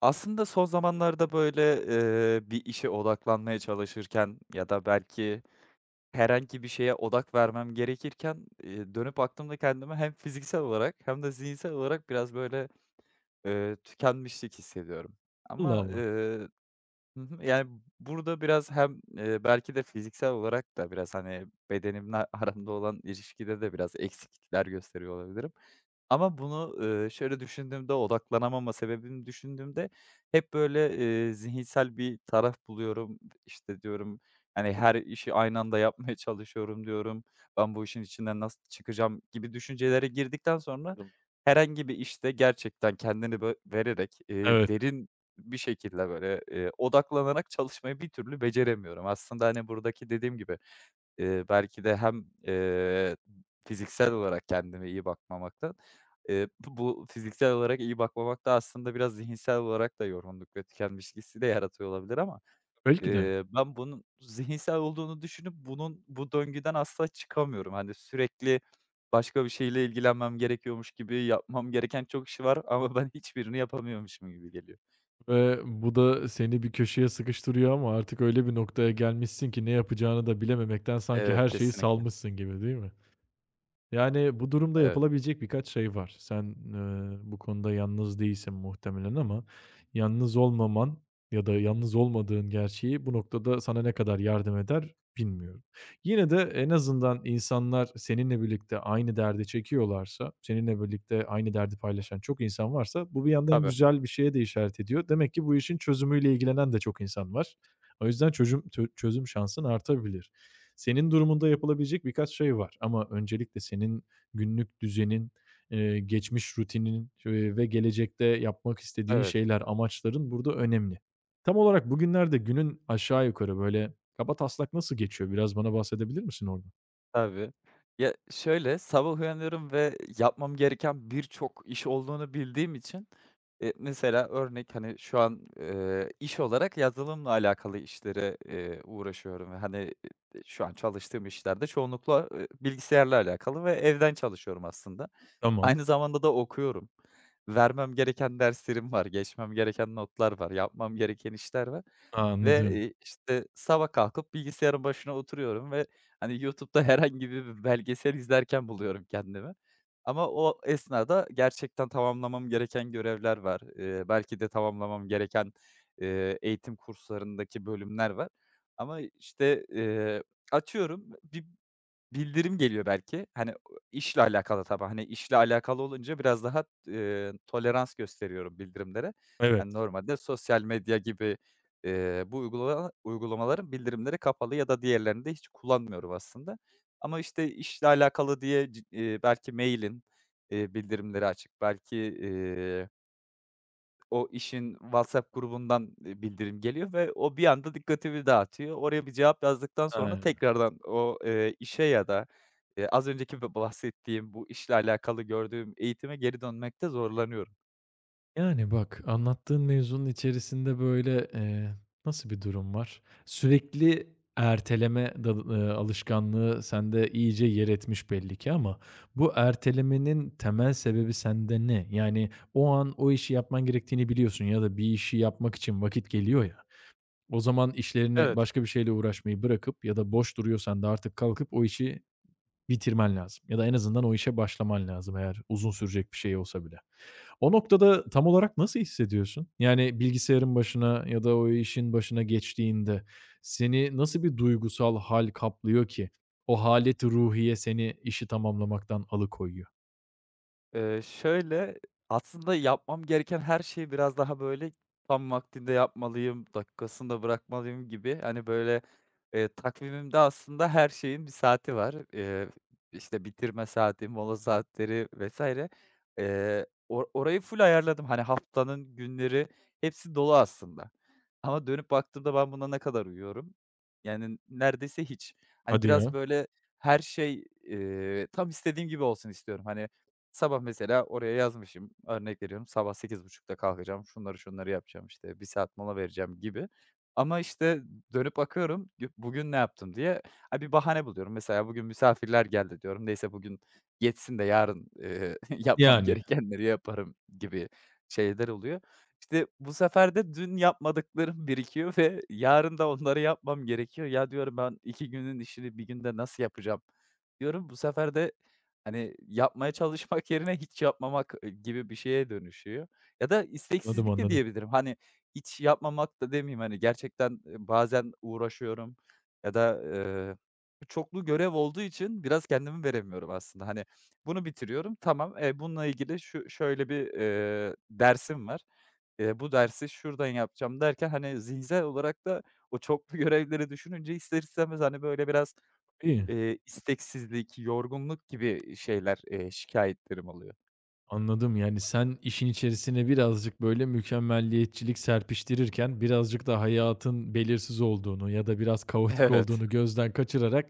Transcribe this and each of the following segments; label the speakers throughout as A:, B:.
A: Aslında son zamanlarda, böyle, bir işe odaklanmaya çalışırken ya da belki herhangi bir şeye odak vermem gerekirken, dönüp baktığımda kendimi hem fiziksel olarak hem de zihinsel olarak biraz, böyle, tükenmişlik hissediyorum.
B: Allah
A: Ama,
B: Allah.
A: eee Hı hı. Yani, burada biraz hem, belki de fiziksel olarak da biraz, hani, bedenimle aramda olan ilişkide de biraz eksiklikler gösteriyor olabilirim. Ama bunu, şöyle düşündüğümde, odaklanamama sebebini düşündüğümde hep böyle, zihinsel bir taraf buluyorum. İşte, diyorum, hani, her işi aynı anda yapmaya çalışıyorum diyorum. Ben bu işin içinden nasıl çıkacağım gibi düşüncelere girdikten sonra
B: Anladım.
A: herhangi bir işte gerçekten kendini vererek,
B: Evet,
A: derin bir şekilde, böyle, odaklanarak çalışmayı bir türlü beceremiyorum. Aslında, hani, buradaki dediğim gibi, belki de hem, fiziksel olarak kendime iyi bakmamaktan, bu fiziksel olarak iyi bakmamak da aslında biraz zihinsel olarak da yorgunluk ve tükenmişlik hissi de yaratıyor olabilir ama,
B: belki de,
A: ben bunun zihinsel olduğunu düşünüp bunun bu döngüden asla çıkamıyorum. Hani, sürekli başka bir şeyle ilgilenmem gerekiyormuş gibi yapmam gereken çok iş var ama ben hiçbirini yapamıyormuşum gibi geliyor.
B: ve bu da seni bir köşeye sıkıştırıyor ama artık öyle bir noktaya gelmişsin ki ne yapacağını da bilememekten sanki
A: Evet,
B: her şeyi
A: kesinlikle.
B: salmışsın gibi, değil mi? Yani, bu durumda
A: Evet,
B: yapılabilecek birkaç şey var. Sen, bu konuda yalnız değilsin muhtemelen ama yalnız olmaman ya da yalnız olmadığın gerçeği bu noktada sana ne kadar yardım eder bilmiyorum. Yine de en azından insanlar seninle birlikte aynı derdi çekiyorlarsa, seninle birlikte aynı derdi paylaşan çok insan varsa bu bir yandan
A: tabii,
B: güzel bir şeye de işaret ediyor. Demek ki bu işin çözümüyle ilgilenen de çok insan var. O yüzden çözüm şansın artabilir. Senin durumunda yapılabilecek birkaç şey var ama öncelikle senin günlük düzenin, geçmiş rutinin ve gelecekte yapmak istediğin
A: evet,
B: şeyler, amaçların burada önemli. Tam olarak bugünlerde günün aşağı yukarı böyle kabataslak nasıl geçiyor? Biraz bana bahsedebilir misin orada?
A: tabii. Ya, şöyle, sabah uyanıyorum ve yapmam gereken birçok iş olduğunu bildiğim için, mesela örnek, hani, şu an, iş olarak yazılımla alakalı işlere, uğraşıyorum ve, hani, şu an çalıştığım işlerde çoğunlukla, bilgisayarla alakalı ve evden çalışıyorum aslında.
B: Tamam.
A: Aynı zamanda da okuyorum. Vermem gereken derslerim var, geçmem gereken notlar var, yapmam gereken işler var.
B: A,
A: Ve,
B: anladım.
A: işte, sabah kalkıp bilgisayarın başına oturuyorum ve, hani, YouTube'da herhangi bir belgesel izlerken buluyorum kendimi. Ama o esnada gerçekten tamamlamam gereken görevler var. Belki de tamamlamam gereken, eğitim kurslarındaki bölümler var. Ama, işte, açıyorum. Bildirim geliyor belki. Hani, işle alakalı tabii. Hani, işle alakalı olunca biraz daha, tolerans gösteriyorum bildirimlere. Yani,
B: Evet.
A: normalde sosyal medya gibi, bu uygulamaların bildirimleri kapalı ya da diğerlerini de hiç kullanmıyorum aslında. Ama, işte, işle alakalı diye c belki mail'in, bildirimleri açık. Belki, o işin WhatsApp grubundan, bildirim geliyor ve o bir anda dikkatimi dağıtıyor. Oraya bir cevap yazdıktan sonra
B: He.
A: tekrardan o, işe ya da, az önceki bahsettiğim bu işle alakalı gördüğüm eğitime geri dönmekte zorlanıyorum.
B: Yani, bak, anlattığın mevzunun içerisinde, böyle, nasıl bir durum var? Sürekli erteleme da alışkanlığı sende iyice yer etmiş belli ki ama bu ertelemenin temel sebebi sende ne? Yani, o an o işi yapman gerektiğini biliyorsun ya da bir işi yapmak için vakit geliyor ya, o zaman işlerini
A: Evet.
B: başka bir şeyle uğraşmayı bırakıp ya da boş duruyorsan da artık kalkıp o işi bitirmen lazım ya da en azından o işe başlaman lazım eğer uzun sürecek bir şey olsa bile. O noktada tam olarak nasıl hissediyorsun? Yani bilgisayarın başına ya da o işin başına geçtiğinde seni nasıl bir duygusal hal kaplıyor ki o hâleti ruhiye seni işi tamamlamaktan alıkoyuyor?
A: Şöyle, aslında yapmam gereken her şeyi biraz daha, böyle, tam vaktinde yapmalıyım, dakikasında bırakmalıyım gibi, hani, böyle, takvimimde aslında her şeyin bir saati var. İşte, bitirme saati, mola saatleri vesaire. Orayı full ayarladım. Hani, haftanın günleri hepsi dolu aslında ama dönüp baktığımda ben buna ne kadar uyuyorum? Yani, neredeyse hiç. Hani,
B: Hadi
A: biraz,
B: ya.
A: böyle, her şey, tam istediğim gibi olsun istiyorum. Hani, sabah mesela oraya yazmışım, örnek veriyorum, sabah 8:30'da kalkacağım, şunları şunları yapacağım, işte bir saat mola vereceğim gibi. Ama işte dönüp bakıyorum, bugün ne yaptım diye, ha, bir bahane buluyorum. Mesela bugün misafirler geldi diyorum, neyse bugün geçsin de yarın, yapmam
B: Yani,
A: gerekenleri yaparım gibi şeyler oluyor. İşte bu sefer de dün yapmadıklarım birikiyor ve yarın da onları yapmam gerekiyor. Ya diyorum ben 2 günün işini bir günde nasıl yapacağım diyorum. Bu sefer de, hani, yapmaya çalışmak yerine hiç yapmamak, gibi bir şeye dönüşüyor ya da
B: anladım,
A: isteksizlik de
B: anladım.
A: diyebilirim. Hani, hiç yapmamak da demeyeyim, hani, gerçekten, bazen uğraşıyorum ya da, çoklu görev olduğu için biraz kendimi veremiyorum aslında. Hani, bunu bitiriyorum, tamam, E bununla ilgili şu şöyle bir, dersim var, bu dersi şuradan yapacağım derken, hani, zihinsel olarak da o çoklu görevleri düşününce ister istemez, hani, böyle, biraz
B: İyi.
A: İsteksizlik, yorgunluk gibi şeyler, şikâyetlerim oluyor.
B: Anladım. Yani sen işin içerisine birazcık böyle mükemmelliyetçilik serpiştirirken birazcık da hayatın belirsiz olduğunu ya da biraz kaotik olduğunu gözden kaçırarak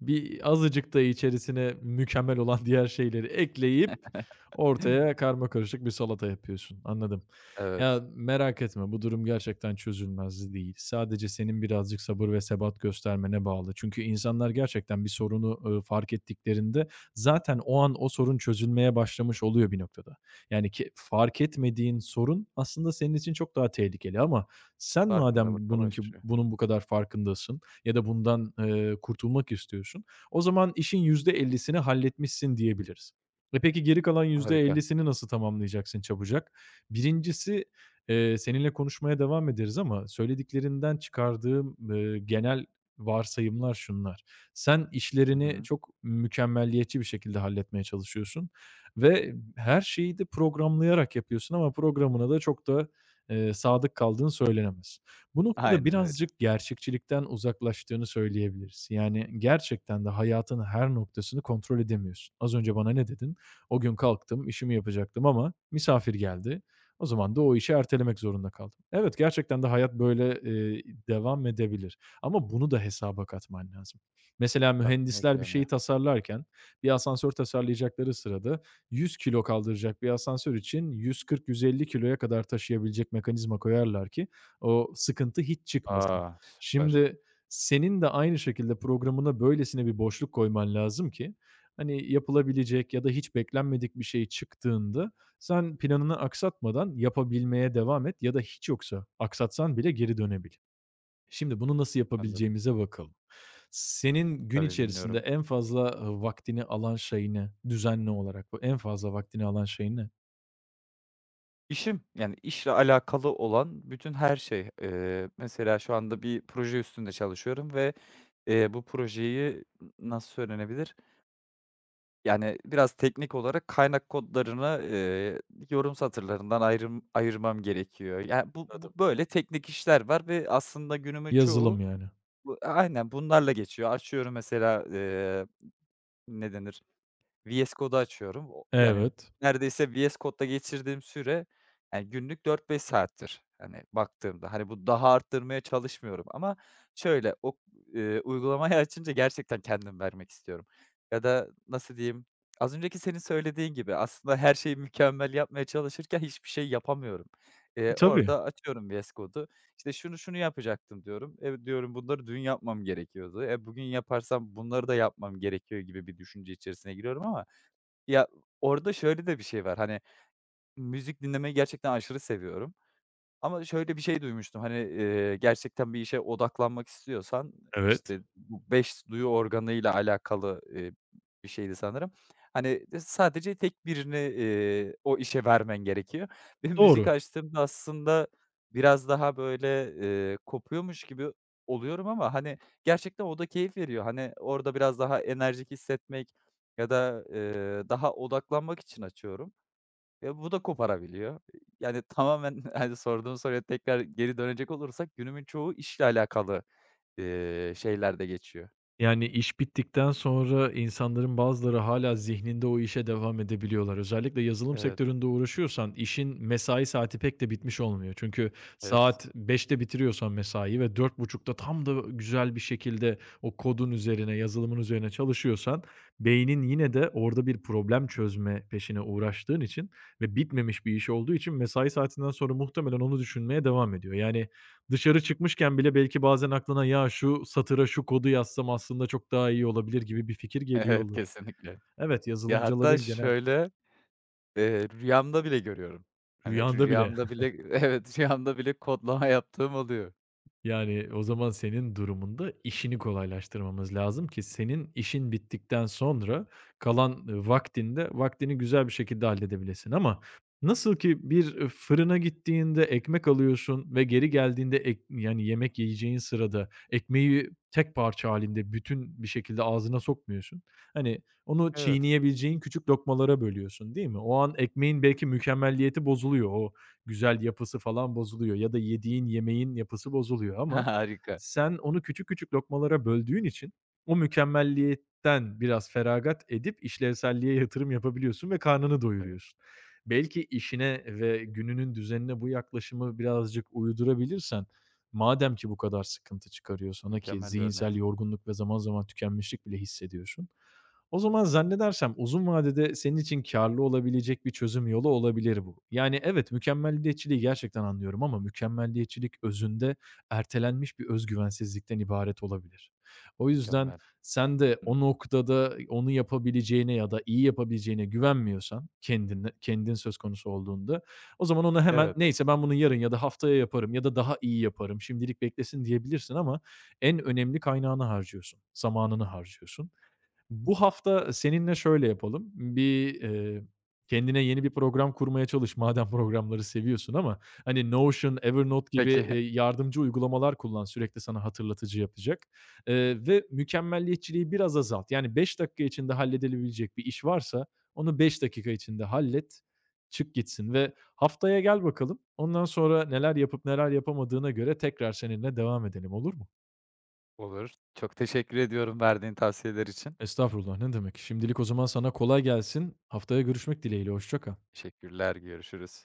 B: bir azıcık da içerisine mükemmel olan diğer şeyleri ekleyip
A: Evet.
B: ortaya karma karışık bir salata yapıyorsun. Anladım.
A: Evet.
B: Ya merak etme, bu durum gerçekten çözülmez değil. Sadece senin birazcık sabır ve sebat göstermene bağlı. Çünkü insanlar gerçekten bir sorunu fark ettiklerinde zaten o an o sorun çözülmeye başlamış oluyor bir noktada. Yani ki fark etmediğin sorun aslında senin için çok daha tehlikeli ama sen madem
A: Farkındalıkla başlıyor.
B: bunun bu kadar farkındasın ya da bundan, kurtulmak istiyorsun, o zaman işin %50'sini halletmişsin diyebiliriz. E, peki geri kalan
A: Harika.
B: %50'sini nasıl tamamlayacaksın çabucak? Birincisi, seninle konuşmaya devam ederiz ama söylediklerinden çıkardığım, genel varsayımlar şunlar. Sen
A: Hı
B: işlerini
A: hı.
B: çok mükemmeliyetçi bir şekilde halletmeye çalışıyorsun ve her şeyi de programlayarak yapıyorsun ama programına da çok da, sadık kaldığın söylenemez. Bu noktada
A: Aynen öyle.
B: birazcık gerçekçilikten uzaklaştığını söyleyebiliriz. Yani gerçekten de hayatın her noktasını kontrol edemiyorsun. Az önce bana ne dedin? "O gün kalktım, işimi yapacaktım ama misafir geldi. O zaman da o işi ertelemek zorunda kaldım." Evet, gerçekten de hayat böyle, devam edebilir ama bunu da hesaba katman lazım. Mesela
A: Tahmin
B: mühendisler bir
A: edilemiyor.
B: şeyi tasarlarken, bir asansör tasarlayacakları sırada 100 kilo kaldıracak bir asansör için 140-150 kiloya kadar taşıyabilecek mekanizma koyarlar ki o sıkıntı hiç çıkmasın.
A: A! Süper.
B: Şimdi senin de aynı şekilde programına böylesine bir boşluk koyman lazım ki hani yapılabilecek ya da hiç beklenmedik bir şey çıktığında sen planını aksatmadan yapabilmeye devam et ya da hiç yoksa aksatsan bile geri dönebil. Şimdi bunu nasıl
A: Anladım.
B: yapabileceğimize bakalım. Senin gün
A: Tabii,
B: içerisinde
A: dinliyorum.
B: en fazla, vaktini alan şey ne? Düzenli olarak bu en fazla vaktini alan şey ne?
A: İşim, yani, işle alakalı olan bütün her şey. Mesela şu anda bir proje üstünde çalışıyorum ve, bu projeyi nasıl söylenebilir? Yani, biraz teknik olarak kaynak kodlarını, yorum satırlarından ayırmam gerekiyor. Yani bu
B: Anladım.
A: böyle teknik işler var ve aslında günümün çoğu
B: Yazılım yani.
A: aynen, bunlarla geçiyor. Açıyorum mesela, ne denir? VS Code'u açıyorum. O yani
B: Evet.
A: neredeyse VS Code'da geçirdiğim süre, yani, günlük 4-5 saattir, hani, baktığımda. Hani, bu daha arttırmaya çalışmıyorum ama şöyle, o, uygulamayı açınca gerçekten kendim vermek istiyorum. Ya da nasıl diyeyim, az önceki senin söylediğin gibi aslında her şeyi mükemmel yapmaya çalışırken hiçbir şey yapamıyorum.
B: Tabii, tabii.
A: Orada açıyorum VS Code'u. İşte şunu şunu yapacaktım diyorum. E, diyorum bunları dün yapmam gerekiyordu. E, bugün yaparsam bunları da yapmam gerekiyor gibi bir düşünce içerisine giriyorum ama ya orada şöyle de bir şey var. Hani müzik dinlemeyi gerçekten aşırı seviyorum. Ama şöyle bir şey duymuştum, hani, gerçekten bir işe odaklanmak istiyorsan,
B: Evet.
A: işte, bu 5 duyu organıyla alakalı, bir şeydi sanırım. Hani, sadece tek birini, o işe vermen gerekiyor. Benim müzik
B: Doğru.
A: açtığımda aslında biraz daha, böyle, kopuyormuş gibi oluyorum ama, hani, gerçekten o da keyif veriyor. Hani, orada biraz daha enerjik hissetmek ya da, daha odaklanmak için açıyorum. Bu da koparabiliyor. Yani, tamamen, hani, sorduğun soruya tekrar geri dönecek olursak günümün çoğu işle alakalı, şeylerde geçiyor.
B: Yani, iş bittikten sonra insanların bazıları hala zihninde o işe devam edebiliyorlar. Özellikle yazılım
A: Evet,
B: sektöründe uğraşıyorsan işin mesai saati pek de bitmiş olmuyor. Çünkü
A: evet.
B: saat 5'te bitiriyorsan mesaiyi ve 4.30'ta tam da güzel bir şekilde o kodun üzerine, yazılımın üzerine çalışıyorsan beynin yine de orada bir problem çözme peşine uğraştığın için ve bitmemiş bir iş olduğu için mesai saatinden sonra muhtemelen onu düşünmeye devam ediyor. Yani, dışarı çıkmışken bile belki bazen aklına, "Ya, şu satıra şu kodu yazsam aslında çok daha iyi olabilir." gibi bir fikir geliyor
A: Evet,
B: olur.
A: kesinlikle.
B: Evet,
A: Ya, hatta
B: yazılımcıların genel.
A: şöyle, rüyamda bile görüyorum. Hani,
B: Rüyanda bile.
A: rüyamda bile Evet, rüyamda bile kodlama yaptığım oluyor.
B: Yani, o zaman senin durumunda işini kolaylaştırmamız lazım ki senin işin bittikten sonra kalan, vaktini güzel bir şekilde halledebilesin ama nasıl ki bir, fırına gittiğinde ekmek alıyorsun ve geri geldiğinde yani, yemek yiyeceğin sırada ekmeği tek parça halinde bütün bir şekilde ağzına sokmuyorsun. Hani, onu
A: Evet.
B: çiğneyebileceğin küçük lokmalara bölüyorsun, değil mi? O an ekmeğin belki mükemmelliyeti bozuluyor. O güzel yapısı falan bozuluyor ya da yediğin yemeğin yapısı bozuluyor ama
A: Harika.
B: sen onu küçük küçük lokmalara böldüğün için o mükemmelliyetten biraz feragat edip işlevselliğe yatırım yapabiliyorsun ve karnını
A: Evet,
B: doyuruyorsun. Belki işine ve gününün düzenine bu yaklaşımı birazcık uydurabilirsen, madem ki bu kadar sıkıntı çıkarıyor sana ki
A: mükemmel bir örnek.
B: zihinsel yorgunluk ve zaman zaman tükenmişlik bile hissediyorsun. O zaman zannedersem uzun vadede senin için kârlı olabilecek bir çözüm yolu olabilir bu. Yani evet, mükemmeliyetçiliği gerçekten anlıyorum ama mükemmeliyetçilik özünde ertelenmiş bir özgüvensizlikten ibaret olabilir. O yüzden
A: Mükemmel.
B: sen de
A: Hı.
B: o noktada onu yapabileceğine ya da iyi yapabileceğine güvenmiyorsan, kendine, kendin söz konusu olduğunda, o zaman ona hemen
A: Evet,
B: "Neyse, ben bunu yarın ya da haftaya yaparım ya da daha iyi yaparım, şimdilik beklesin." diyebilirsin ama en önemli kaynağını harcıyorsun, zamanını harcıyorsun. Bu hafta seninle şöyle yapalım. Bir, kendine yeni bir program kurmaya çalış madem programları seviyorsun ama hani Notion, Evernote gibi,
A: peki.
B: yardımcı uygulamalar kullan sürekli sana hatırlatıcı yapacak, ve mükemmelliyetçiliği biraz azalt. Yani 5 dakika içinde halledilebilecek bir iş varsa onu 5 dakika içinde hallet, çık gitsin ve haftaya gel bakalım. Ondan sonra neler yapıp neler yapamadığına göre tekrar seninle devam edelim, olur mu?
A: Olur. Çok teşekkür ediyorum verdiğin tavsiyeler için.
B: Estağfurullah, ne demek. Şimdilik o zaman sana kolay gelsin. Haftaya görüşmek dileğiyle, hoşça kal.
A: Teşekkürler, görüşürüz.